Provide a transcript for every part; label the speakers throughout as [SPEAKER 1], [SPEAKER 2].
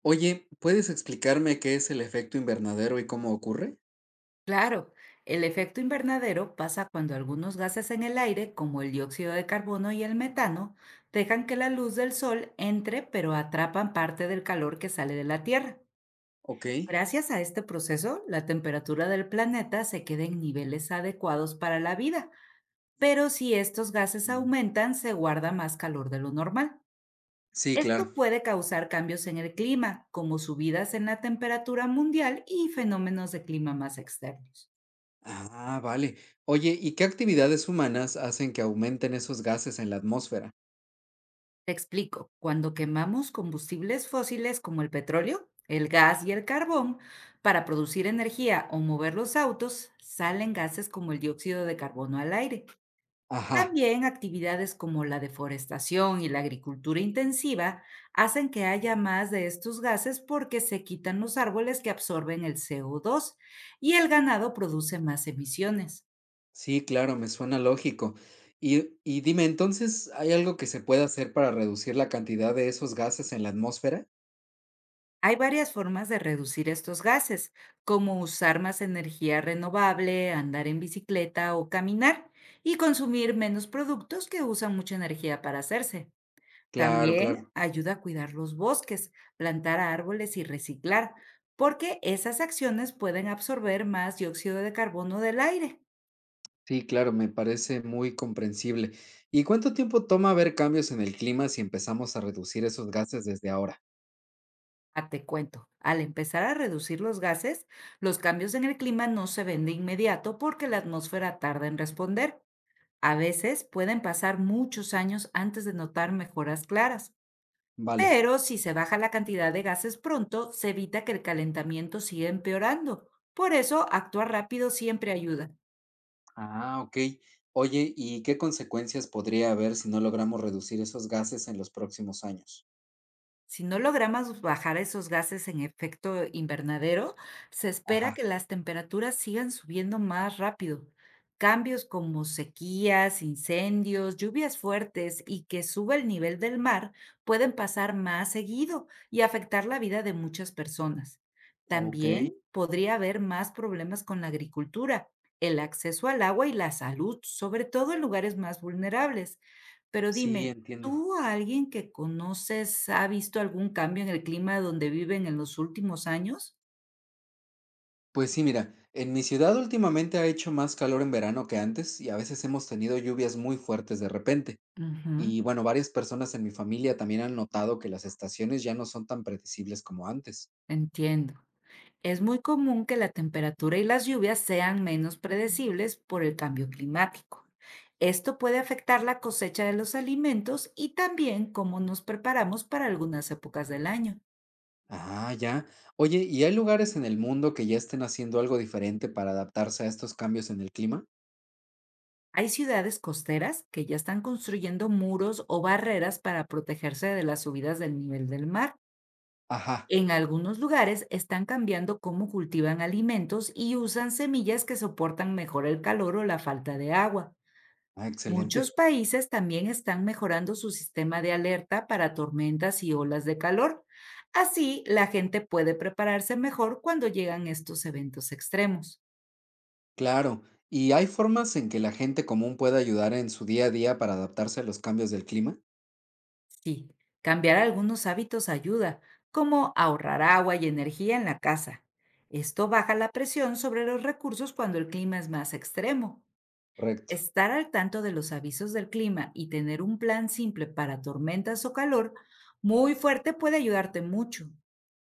[SPEAKER 1] Oye, ¿puedes explicarme qué es el efecto invernadero y cómo ocurre?
[SPEAKER 2] Claro, el efecto invernadero pasa cuando algunos gases en el aire, como el dióxido de carbono y el metano, dejan que la luz del sol entre, pero atrapan parte del calor que sale de la Tierra.
[SPEAKER 1] Ok.
[SPEAKER 2] Gracias a este proceso, la temperatura del planeta se queda en niveles adecuados para la vida, pero si estos gases
[SPEAKER 1] Ujú.
[SPEAKER 2] aumentan, se guarda más calor de lo normal.
[SPEAKER 1] Sí, claro.
[SPEAKER 2] Esto puede causar cambios en el clima, como subidas en la temperatura mundial y fenómenos de clima más externos.
[SPEAKER 1] Ah, vale. Oye, ¿y qué actividades humanas hacen que aumenten esos gases en la atmósfera?
[SPEAKER 2] Te explico, cuando quemamos combustibles fósiles como el petróleo, el gas y el carbón para producir energía o mover los autos, salen gases como el dióxido de carbono al aire.
[SPEAKER 1] Ajá,
[SPEAKER 2] También actividades como la deforestación y la agricultura intensiva hacen que haya más de estos gases porque se quitan los árboles que absorben el CO2 y el ganado produce más emisiones.
[SPEAKER 1] sí, claro, me suena lógico. Y dime, entonces, ¿hay algo que se pueda hacer para reducir la cantidad de esos gases en la atmósfera?
[SPEAKER 2] Hay varias formas de reducir estos gases, como usar más energía renovable, andar en bicicleta o caminar, y consumir menos productos que usan mucha energía para hacerse.
[SPEAKER 1] Claro,
[SPEAKER 2] También
[SPEAKER 1] claro.
[SPEAKER 2] ayuda a cuidar los bosques, plantar árboles y reciclar, porque esas acciones pueden absorber más dióxido de carbono del aire.
[SPEAKER 1] Sí, claro, me parece muy comprensible. ¿Y cuánto tiempo toma ver cambios en el clima si empezamos a reducir esos gases desde ahora?
[SPEAKER 2] Ah, te cuento, al empezar a reducir los gases, los cambios en el clima no se ven de inmediato porque la atmósfera tarda en responder. A veces pueden pasar muchos años antes de notar mejoras claras,
[SPEAKER 1] Vale.
[SPEAKER 2] pero si se baja la cantidad de gases pronto, se evita que el calentamiento siga empeorando. Por eso, actuar rápido siempre ayuda.
[SPEAKER 1] Ah, okey. Oye, ¿y qué consecuencias podría haber si no logramos reducir esos gases en los próximos años?
[SPEAKER 2] Si no logramos bajar esos gases en efecto invernadero, se espera que
[SPEAKER 1] Ajá,
[SPEAKER 2] las temperaturas sigan subiendo más rápido. Cambios como sequías, incendios, lluvias fuertes y que suba el nivel del mar pueden pasar más seguido y afectar la vida de muchas personas.
[SPEAKER 1] okey.
[SPEAKER 2] También podría haber más problemas con la agricultura, el acceso al agua y la salud, sobre todo en lugares más vulnerables. Pero
[SPEAKER 1] Sí,
[SPEAKER 2] dime,
[SPEAKER 1] entiendo.
[SPEAKER 2] ¿tú, a alguien que conoces, ha visto algún cambio en el clima donde viven en los últimos años?
[SPEAKER 1] Pues sí, mira, en mi ciudad últimamente ha hecho más calor en verano que antes y a veces hemos tenido lluvias muy fuertes de repente.
[SPEAKER 2] Ujú,
[SPEAKER 1] Y bueno, varias personas en mi familia también han notado que las estaciones ya no son tan predecibles como antes.
[SPEAKER 2] entiendo. Es muy común que la temperatura y las lluvias sean menos predecibles por el cambio climático. Esto puede afectar la cosecha de los alimentos y también cómo nos preparamos para algunas épocas del año.
[SPEAKER 1] Ah, ya. Oye, ¿y hay lugares en el mundo que ya estén haciendo algo diferente para adaptarse a estos cambios en el clima?
[SPEAKER 2] Hay ciudades costeras que ya están construyendo muros o barreras para protegerse de las subidas del nivel del mar.
[SPEAKER 1] Ajá.
[SPEAKER 2] En algunos lugares están cambiando cómo cultivan alimentos y usan semillas que soportan mejor el calor o la falta de agua.
[SPEAKER 1] Ah,
[SPEAKER 2] Muchos
[SPEAKER 1] excelente.
[SPEAKER 2] países también están mejorando su sistema de alerta para tormentas y olas de calor. Así, la gente puede prepararse mejor cuando llegan estos eventos extremos.
[SPEAKER 1] Claro, ¿y hay formas en que la gente común pueda ayudar en su día a día para adaptarse a los cambios del clima?
[SPEAKER 2] Sí, cambiar algunos hábitos ayuda, como ahorrar agua y energía en la casa. Esto baja la presión sobre los recursos cuando el clima es más extremo.
[SPEAKER 1] Correcto.
[SPEAKER 2] Estar al tanto de los avisos del clima y tener un plan simple para tormentas o calor muy fuerte puede ayudarte mucho.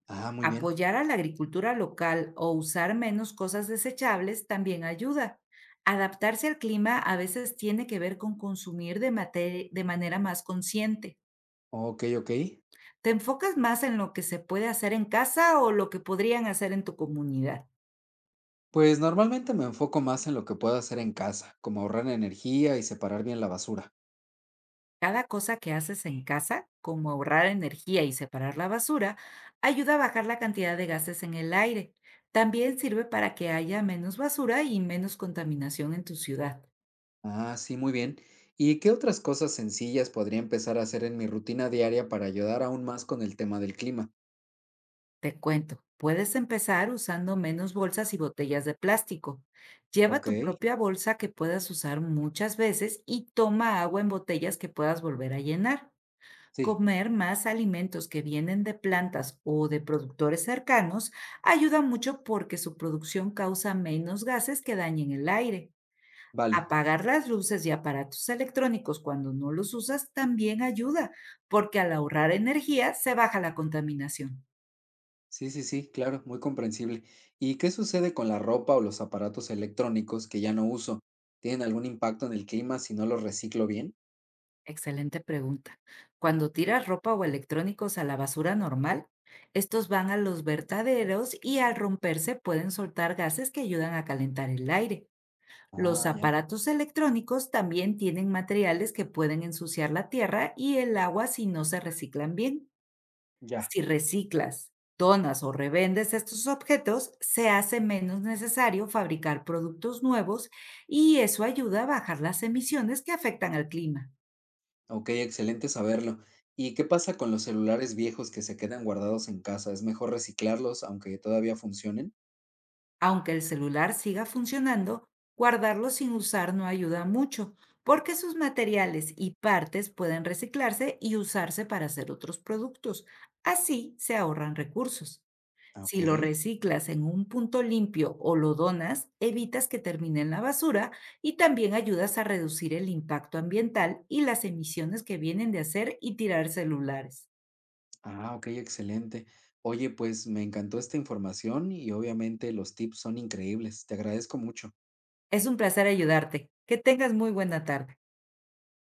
[SPEAKER 1] Ah, muy bien.
[SPEAKER 2] Apoyar a la agricultura local o usar menos cosas desechables también ayuda. Adaptarse al clima a veces tiene que ver con consumir de, de manera más consciente.
[SPEAKER 1] Ok, ok.
[SPEAKER 2] ¿Te enfocas más en lo que se puede hacer en casa o lo que podrían hacer en tu comunidad?
[SPEAKER 1] Pues normalmente me enfoco más en lo que puedo hacer en casa, como ahorrar energía y separar bien la basura.
[SPEAKER 2] Cada cosa que haces en casa, como ahorrar energía y separar la basura, ayuda a bajar la cantidad de gases en el aire. También sirve para que haya menos basura y menos contaminación en tu ciudad.
[SPEAKER 1] Ah, sí, muy bien. ¿Y qué otras cosas sencillas podría empezar a hacer en mi rutina diaria para ayudar aún más con el tema del clima?
[SPEAKER 2] Te cuento, puedes empezar usando menos bolsas y botellas de plástico. Lleva
[SPEAKER 1] Ok,
[SPEAKER 2] tu propia bolsa que puedas usar muchas veces y toma agua en botellas que puedas volver a llenar.
[SPEAKER 1] sí,
[SPEAKER 2] Comer más alimentos que vienen de plantas o de productores cercanos ayuda mucho porque su producción causa menos gases que dañen el aire.
[SPEAKER 1] vale.
[SPEAKER 2] Apagar las luces y aparatos electrónicos cuando no los usas también ayuda, porque al ahorrar energía se baja la contaminación.
[SPEAKER 1] Sí, sí, sí, claro, muy comprensible. ¿Y qué sucede con la ropa o los aparatos electrónicos que ya no uso? ¿Tienen algún impacto en el clima si no los reciclo bien?
[SPEAKER 2] Excelente pregunta. Cuando tiras ropa o electrónicos a la basura normal, estos van a los vertaderos y al romperse pueden soltar gases que ayudan a calentar el aire. Los
[SPEAKER 1] Ah, ya,
[SPEAKER 2] aparatos electrónicos también tienen materiales que pueden ensuciar la tierra y el agua si no se reciclan bien.
[SPEAKER 1] ya.
[SPEAKER 2] Si reciclas, donas o revendes estos objetos, se hace menos necesario fabricar productos nuevos y eso ayuda a bajar las emisiones que afectan al clima.
[SPEAKER 1] Ok, excelente saberlo. ¿Y qué pasa con los celulares viejos que se quedan guardados en casa? ¿Es mejor reciclarlos aunque todavía funcionen?
[SPEAKER 2] Aunque el celular siga funcionando, guardarlo sin usar no ayuda mucho, porque sus materiales y partes pueden reciclarse y usarse para hacer otros productos. Así se ahorran recursos.
[SPEAKER 1] Ah, ok.
[SPEAKER 2] Si lo reciclas en un punto limpio o lo donas, evitas que termine en la basura y también ayudas a reducir el impacto ambiental y las emisiones que vienen de hacer y tirar celulares.
[SPEAKER 1] Ah, ok, excelente. Oye, pues me encantó esta información y obviamente los tips son increíbles. Te agradezco mucho.
[SPEAKER 2] Es un placer ayudarte. Que tengas muy buena tarde.